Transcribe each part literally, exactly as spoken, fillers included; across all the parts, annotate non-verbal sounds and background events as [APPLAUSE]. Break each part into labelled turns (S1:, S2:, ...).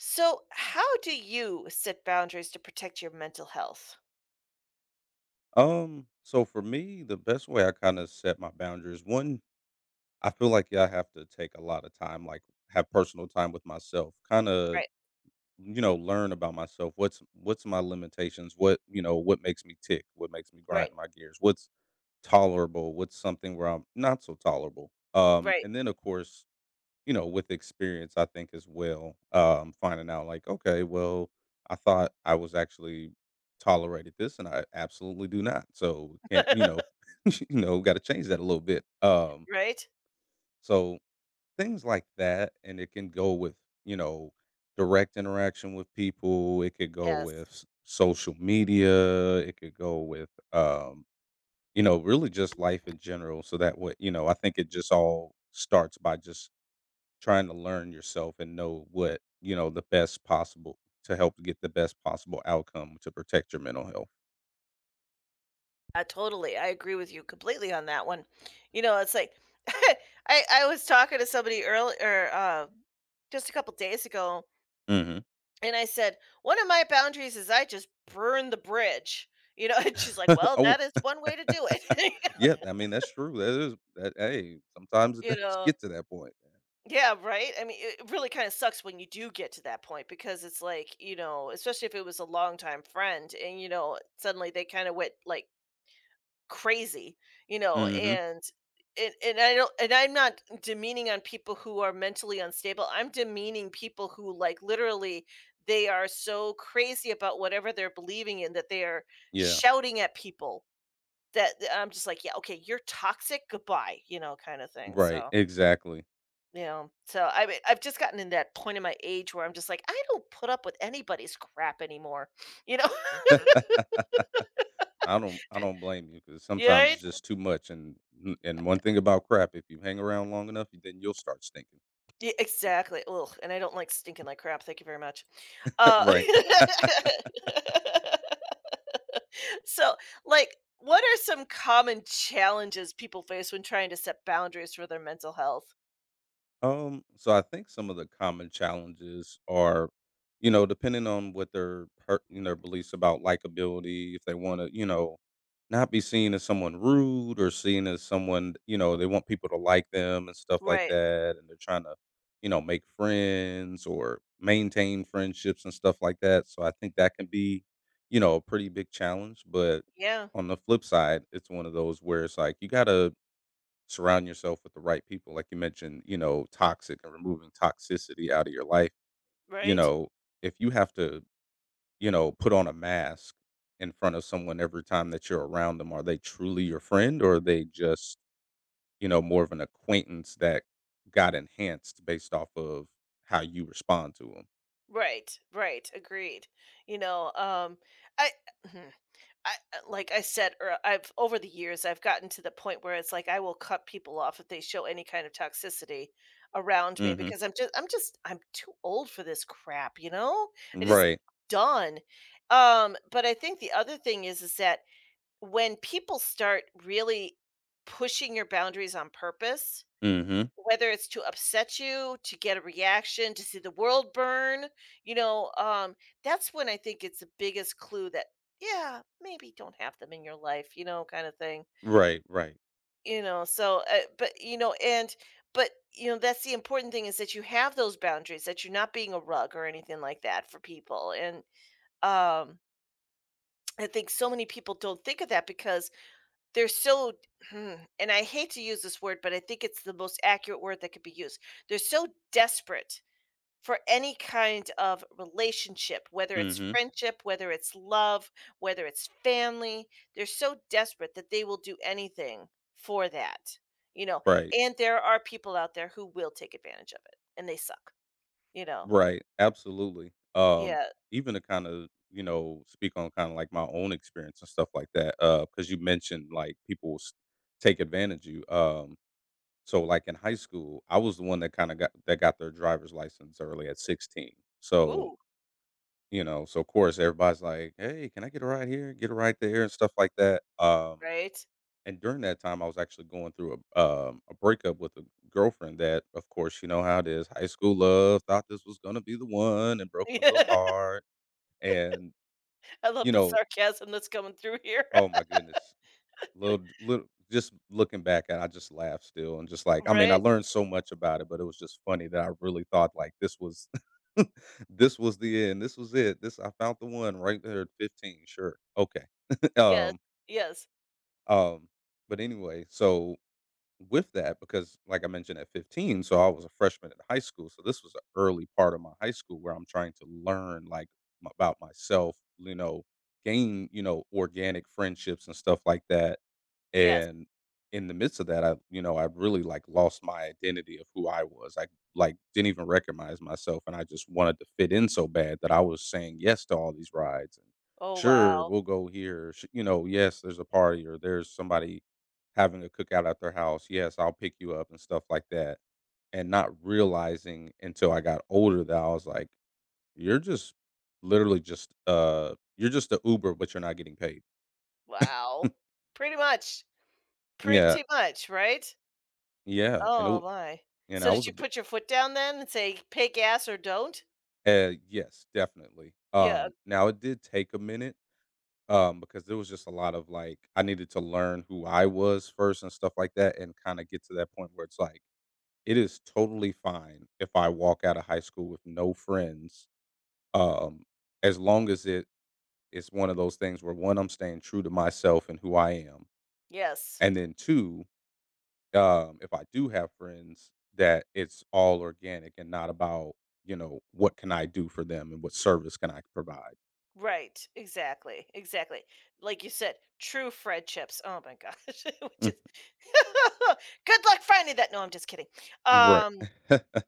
S1: So, how do you set boundaries to protect your mental health?
S2: Um, so for me, the best way I kind of set my boundaries, one, I feel like yeah, I have to take a lot of time, like have personal time with myself, kind of,
S1: Right,
S2: you know, learn about myself. What's what's my limitations? What, you know, what makes me tick? What makes me
S1: right,
S2: grind my gears? What's tolerable? What's something where I'm not so tolerable? Um,
S1: right,
S2: and then of course, you know, with experience, I think as well, um, finding out like, okay, well, I thought I was actually tolerated this, and I absolutely do not. So can't, you
S1: [LAUGHS]
S2: know, [LAUGHS] you know, got to change that a little bit. Um,
S1: right.
S2: so things like that, and it can go with, you know, direct interaction with people. It could go
S1: Yes,
S2: with s- social media. It could go with, um, you know, really just life in general. So that way, you know, I think it just all starts by just trying to learn yourself and know what, you know, the best possible to help get the best possible outcome to protect your mental health.
S1: I totally. I agree with you completely on that one. You know, it's like [LAUGHS] I I was talking to somebody earlier, uh, just a couple days ago,
S2: Mhm.
S1: and I said one of my boundaries is I just burn the bridge. You know, [LAUGHS] and she's like,
S2: [LAUGHS]
S1: "Well,
S2: Oh.
S1: that is one way to do
S2: [LAUGHS] Yeah,
S1: it."
S2: I mean, that's true. That is that hey,
S1: [LAUGHS]
S2: sometimes it [LAUGHS]
S1: You
S2: does
S1: know.
S2: get to that point.
S1: Yeah, right? I mean, it it really kinda sucks when you do get to that point because it's like, you know, especially if it was a longtime friend and, you know, suddenly they kinda went, like, crazy, you know,
S2: Mhm.
S1: and and and I don't and I'm not demeaning on people who are mentally unstable, I'm demeaning people who, like, literally, they are so crazy about whatever they're believing in that they are
S2: Yeah.
S1: shouting at people that that I'm just like, "Yeah, okay, you're toxic, goodbye," you know, kinda thing,
S2: Right,
S1: so
S2: exactly.
S1: you know, so I mean, I've just gotten in that point in my age where I'm just like, I don't put up with anybody's crap anymore. [LAUGHS] You know? [LAUGHS]
S2: [LAUGHS] I don't I don't blame you because
S1: Yeah,
S2: sometimes it's
S1: right?
S2: just too much, and and one thing about crap, if you hang around long enough, then you'll start stinking.
S1: Yeah, exactly. Ugh, and I don't like stinking like crap. Thank you very much.
S2: [LAUGHS]
S1: Uh,
S2: Right.
S1: [LAUGHS] so, like, what are some common challenges people face when trying to set boundaries for their mental health?
S2: Um, so I think some of the common challenges are, you know, depending on what their per- you know, their beliefs about likability, if they want to, you know, not be seen as someone rude or seen as someone, you know, they want people to like them and stuff like
S1: Right.
S2: that, and they're trying to, you know, make friends or maintain friendships and stuff like that. So I think that can be, you know, a pretty big challenge. But
S1: Yeah.
S2: on the flip side, it's one of those where it's like you gotta surround yourself with the right people. Like you mentioned, you know, toxic and removing toxicity out of your life. You
S1: Right.
S2: know, if you have to, you know, put on a mask in front of someone every time that you're around them, are they truly your friend or are they just, you know, more of an acquaintance that got enhanced based off of how you respond to them?
S1: Right. Right. Agreed. You know, um, I [CLEARS THROAT] I, uh, like I said, ear I've, over the years, I've gotten to the point where it's like I will cut people off if they show any kind of toxicity around me
S2: Mm-hmm.
S1: because I'm just I'm just I'm too old for this crap, you know? I just
S2: Right.
S1: done. Um, but I think the other thing is is that when people start really pushing your boundaries on purpose,
S2: Mm-hmm.
S1: whether it's to upset you, to get a reaction, to see the world burn, you know, um, that's when I think it's the biggest clue that, yeah, maybe don't have them in your life, you know, kind of thing.
S2: Right. Right.
S1: You know, so, uh, but, you know, and, but, you know, that's the important thing is that you have those boundaries, that you're not being a rug or anything like that for people. And um, I think so many people don't think of that because they're so, [CLEARS THROAT] and I hate to use this word, but I think it's the most accurate word that could be used. They're so desperate for any kind of relationship, whether it's
S2: Mm-hmm.
S1: friendship, whether it's love, whether it's family. They're so desperate that they will do anything for that, you know.
S2: Right.
S1: And there are people out there who will take advantage of it, and they suck, you know.
S2: Right, absolutely. Um,
S1: Yeah.
S2: even to kind of, you know, speak on kind of like my own experience and stuff like that, uh, because you mentioned like people s- take advantage of you. Um, so like in high school, I was the one that kind of got that got their driver's license early at sixteen. So,
S1: Ooh,
S2: you know, so of course everybody's like, "Hey, can I get a ride here? Get a ride there," and stuff like that. Um,
S1: right? [LAUGHS]
S2: and during that time, I was actually going through a um, a breakup with a girlfriend that, of course, you know how it is. High school love, thought this was gonna be the one, and broke my little
S1: Yeah.
S2: heart. And
S1: I love
S2: you
S1: the
S2: know,
S1: sarcasm that's coming through here.
S2: oh my
S1: [LAUGHS]
S2: goodness, little little, just looking back at it, I just laugh still, and just like, I mean, I
S1: Right?
S2: learned so much about it, but it was just funny that I really thought like this was, [LAUGHS] this was the end, this was it, this I found the one right there at fifteen. Sure, okay, [LAUGHS]
S1: Yes.
S2: um,
S1: Yes.
S2: um, but anyway, so with that because like I mentioned at fifteen, so I was a freshman in high school. So this was an early part of my high school where I'm trying to learn like m- about myself, you know, gain, you know, organic friendships and stuff like that
S1: Yes.
S2: and in the midst of that, I you know, I really, like, lost my identity of who I was. I, like, didn't even recognize myself, and I just wanted to fit in so bad that I was saying yes to all these rides, and,
S1: Oh,
S2: "Sure,
S1: wow.
S2: we'll go here," sh you know, "Yes, there's a party," or, "There's somebody having a cookout at their house. Yes, I'll pick you up," and stuff like that, and not realizing until I got older that I was like, "You're just literally just, uh you're just a Uber, but you're not getting paid."
S1: Wow.
S2: [LAUGHS]
S1: Pretty much.
S2: Yeah,
S1: Pretty much, right?
S2: yeah, and
S1: Oh
S2: it.
S1: my.
S2: And
S1: So
S2: I
S1: did
S2: was a
S1: you
S2: bit
S1: put your foot down then and say, "Pay gas or don't"?
S2: uh, yes, definitely.
S1: Yeah.
S2: Um, now it did take a minute, um, because there was just a lot of like I needed to learn who I was first and stuff like that, and kind of get to that point where it's like it is totally fine if I walk out of high school with no friends, um, as long as it is one of those things where one, I'm staying true to myself and who I am,
S1: Yes.
S2: and then two, um, if I do have friends, that it's all organic and not about, you know, what can I do for them and what service can I provide.
S1: Right. Exactly. Exactly. Like you said, true friendships. Oh my gosh. [LAUGHS] Which
S2: Mm,
S1: is [LAUGHS] good luck finding that. No, I'm just kidding.
S2: right.
S1: Um,
S2: [LAUGHS]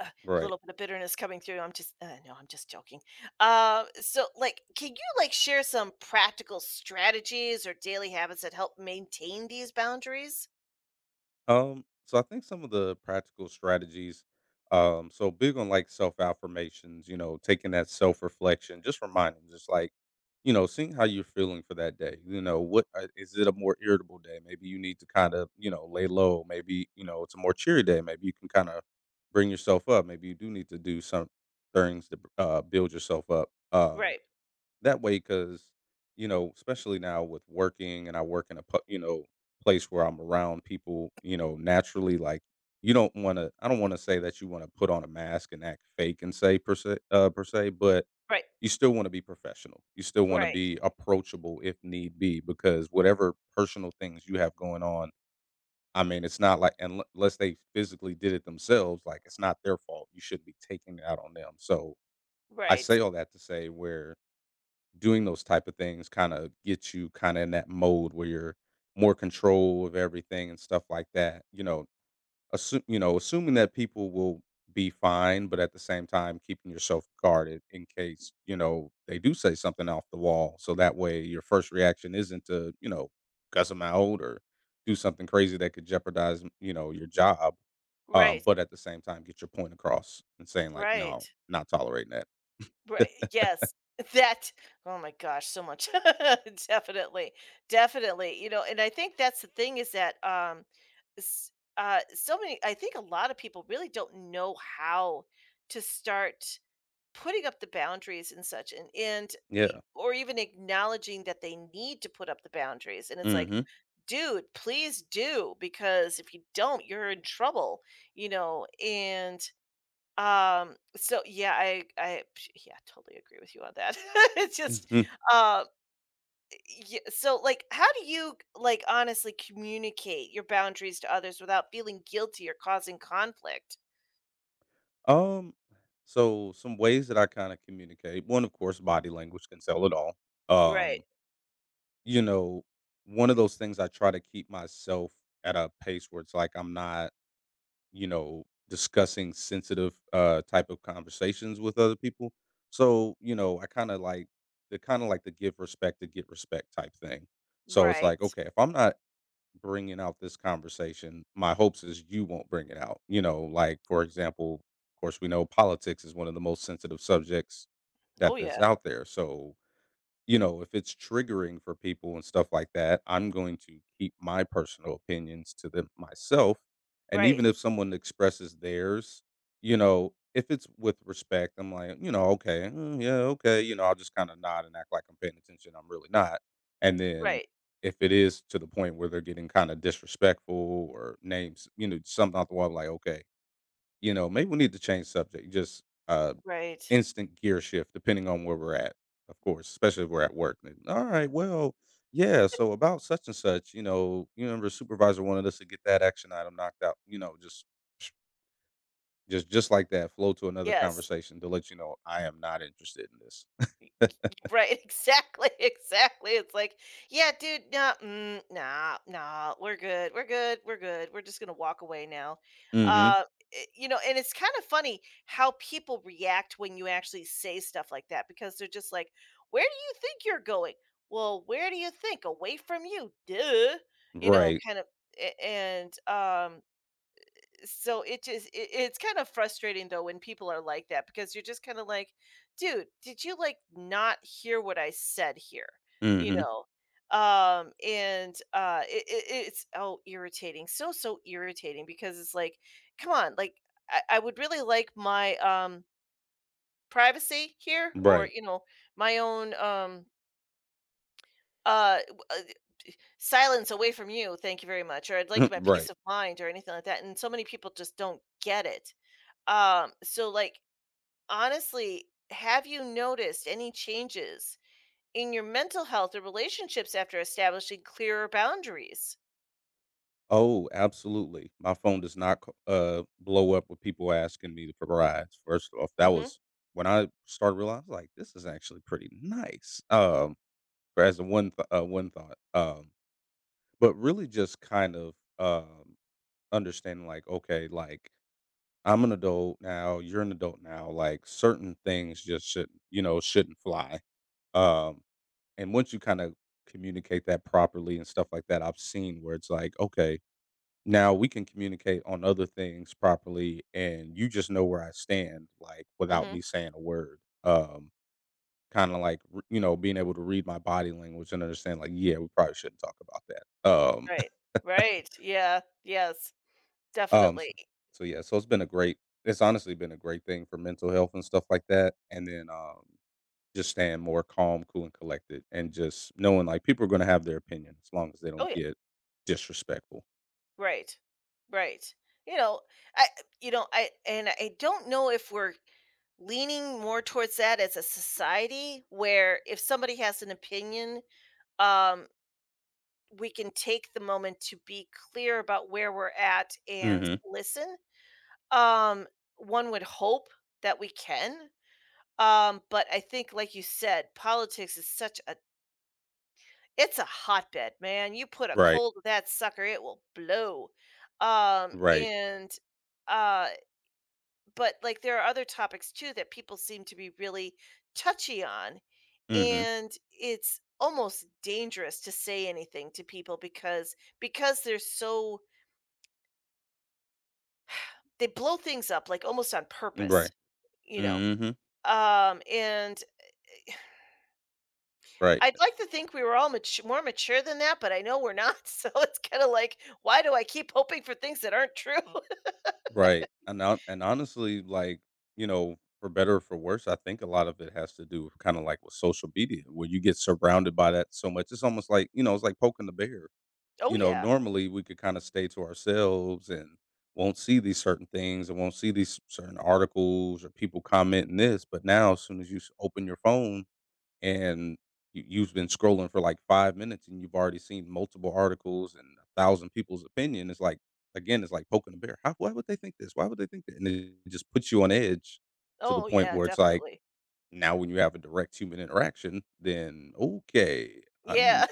S1: a
S2: Right.
S1: little bit of bitterness coming through. I'm just, uh, no, I'm just joking. Uh, so, like, can you like share some practical strategies or daily habits that help maintain these boundaries?
S2: Um, so I think some of the practical strategies, um, so big on like self affirmations, you know, taking that self reflection, just reminding, just like, you know, seeing how you're feeling for that day. You know, what uh, is it a more irritable day? Maybe you need to kind of, you know, lay low. Maybe, you know, it's a more cheery day. Maybe you can kind of bring yourself up. Maybe you do need to do some things to uh, build yourself up. Um,
S1: Right.
S2: that way, because, you know, especially now with working and I work in a, pu- you know, place where I'm around people, you know, naturally, like, you don't want to, I don't want to say that you want to put on a mask and act fake and say per se, uh, per se, but
S1: Right.
S2: you still want to be professional. You still want to
S1: Right.
S2: be approachable if need be, because whatever personal things you have going on, I mean, it's not like unle- unless they physically did it themselves, like it's not their fault. You shouldn't be taking it out on them. So I
S1: Right.
S2: say all that to say where doing those type of things kind of gets you kind of in that mode where you're more control of everything and stuff like that. You know, assume you know, assuming that people will be fine, but at the same time keeping yourself guarded in case, you know, they do say something off the wall. So that way your first reaction isn't to, you know, cuss them out or do something crazy that could jeopardize, you know, your job. Uh,
S1: Right.
S2: but at the same time get your point across and saying like,
S1: Right.
S2: no, not tolerating that.
S1: Right, yes. That, oh my gosh, so much. [LAUGHS] Definitely, definitely, you know, and I think that's the thing is that, um, s uh, so many I think a lot of people really don't know how to start putting up the boundaries and such, and and
S2: [LAUGHS]
S1: e
S2: Yeah.
S1: or even acknowledging that they need to put up the boundaries, and it's like,
S2: Hmm.
S1: "Dude, please do, because if you don't, you're in trouble," you know, and um, so yeah, I I psh, yeah, totally agree with you on that. [LAUGHS] It's just,
S2: [LAUGHS]
S1: uh, yeah, so, like, how do you, like, honestly communicate your boundaries to others without feeling guilty or causing conflict?
S2: Um, so some ways that I kind of communicate. One, of course, body language can sell it all.
S1: Right,
S2: Um, you know, one of those things I try to keep myself at a pace where it's like I'm not, you know, discussing sensitive uh type of conversations with other people. So, you know, I kind of like the kind of like the give respect to get respect type thing. So it's like,
S1: right.
S2: okay, if I'm not bringing out this conversation, my hopes is you won't bring it out. You know, like for example, of course, we know politics is one of the most sensitive subjects
S1: Oh,
S2: that that's
S1: yeah.
S2: out there. So you know, if it's triggering for people and stuff like that, I'm going to keep my personal opinions to them myself. And
S1: Right,
S2: even if someone expresses theirs, you know, if it's with respect, I'm like, you know, okay, mm, yeah, okay, you know, I'll just kind of nod and act like I'm paying attention. I'm really not. And then
S1: right,
S2: if it is to the point where they're getting kind of disrespectful or names, you know, something out the wall, I'm like, okay, you know, maybe we need to change subject. Just uh,
S1: right.
S2: instant gear shift, depending on where we're at, of course, especially if we're at work. Then, all right, well, yeah. So about such and such, you know, you remember supervisor wanted us to get that action item knocked out. You know, just just just like that, flow to another
S1: Yes.
S2: conversation to let you know I am not interested in this.
S1: Right, exactly, [LAUGHS] exactly. It's like, yeah, dude, no, mm, nah, nah, we're good, we're good, we're good. We're just gonna walk away now.
S2: Mm-hmm.
S1: Uh, i- you know, and it's kind of funny how people react when you actually say stuff like that because they're just like, "Where do you think you're going?" Well, where do you think? Away from you, duh. You know,
S2: Right.
S1: kind of, a- and um, so it just it, it's kind of frustrating though when people are like that because you're just kind of like, dude, did you like not hear what I said here? You
S2: Mm-hmm.
S1: know, um and uh it, it, it's, oh, irritating, so so irritating, because it's like, come on, like, I, I would really like my um privacy here, or
S2: Right.
S1: you know, my own um uh w- uh, silence away from you, thank you very much, or I'd
S2: [LAUGHS]
S1: like my
S2: Right.
S1: peace of mind or anything like that, and so many people just don't get it. Um, so, like, honestly, have you noticed any changes in your mental health or relationships after establishing clearer boundaries?
S2: Oh, absolutely. My phone does not c uh, blow up with people asking me for rides. First off, that
S1: Mhm.
S2: was when I started realizing, like, this is actually pretty nice, um, or as a one th uh, one thought, um, but really just kind of, um, understanding, like, okay, like, I'm an adult now, you're an adult now, like, certain things just shouldn't, you know, shouldn't fly, um, and once you kinda communicate that properly and stuff like that, I've seen where it's like, okay, now we can communicate on other things properly, and you just know where I stand, like, without
S1: Mhm.
S2: me saying a word. Um, kinda like, r you know, being able to read my body language and understand, like, "Yeah, we probably shouldn't talk about that." Um,
S1: Right.
S2: [LAUGHS]
S1: Right. Yeah. Yes.
S2: um,
S1: Definitely.
S2: so so, yeah, so it's been a great it's honestly been a great thing for mental health and stuff like that, and then, um, just staying more calm, cool, and collected, and just knowing, like, people are gonna have their opinion as long as they
S1: Oh
S2: don't
S1: yeah.
S2: get disrespectful.
S1: Right. Right. You know, I you know, I and I don't know if we're leaning more towards that as a society where, if somebody has an opinion, um we can take the moment to be clear about where we're at and
S2: Mhm.
S1: listen. Um, One would hope that we can. Um, but I think, like you said, politics is such a, it's a hotbed, man. You put a
S2: Right.
S1: cold to that sucker, it will blow. Um,
S2: Right.
S1: and uh, but like, there are other topics too that people seem to be really touchy on,
S2: Mhm.
S1: and it's almost dangerous to say anything to people because because they're so. They blow things up, like, almost on purpose,
S2: Right.
S1: you know?
S2: Mhm.
S1: Um, and
S2: Right,
S1: I'd like to think we were all matu more mature than that, but I know we're not, [LAUGHS] so it's kinda like, why do I keep hoping for things that aren't true? [LAUGHS]
S2: right, and hon and honestly, like, you know, for better or for worse, I think a lot of it has to do with kinda like with social media, where you get surrounded by that so much. It's almost like, you know, it's like poking the bear.
S1: Oh,
S2: You know,
S1: yeah.
S2: normally, we could kinda stay to ourselves and won't see these certain things and won't see these certain articles or people commenting this, but now as soon as you s open your phone, and you, you've been scrolling for like five minutes and you've already seen multiple articles and a thousand people's opinion. It's like again it's like poking a bear. How, why would they think this, why would they think that, and it just puts you on edge to the
S1: Oh,
S2: point
S1: yeah,
S2: where it's like
S1: definitely.
S2: now when you have a direct human interaction then okay, I'm
S1: Yeah.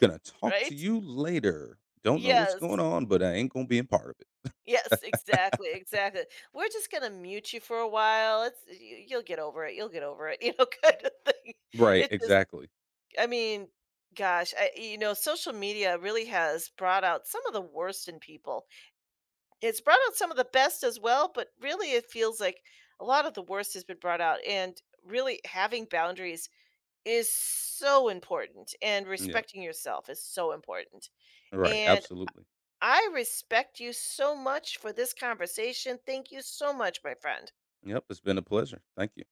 S2: gonna talk to
S1: Right?
S2: you later, don't know what's going
S1: Yes.
S2: on but I ain't gonna be in part of it.
S1: Yes, exactly, exactly. "We're just gonna mute you for a while, it's you you'll get over it, you'll get over it," [LAUGHS] you know, kinda thing.
S2: Right,
S1: It just,
S2: exactly.
S1: I mean, gosh, I you know, social media really has brought out some of the worst in people. It's brought out some of the best as well, but really it feels like a lot of the worst has been brought out, and really having boundaries is so important, and
S2: Yeah.
S1: respecting yourself is so important,
S2: Right,
S1: and
S2: absolutely.
S1: I respect you so much for this conversation. Thank you so much, my friend.
S2: Yep, it's been a pleasure, thank you.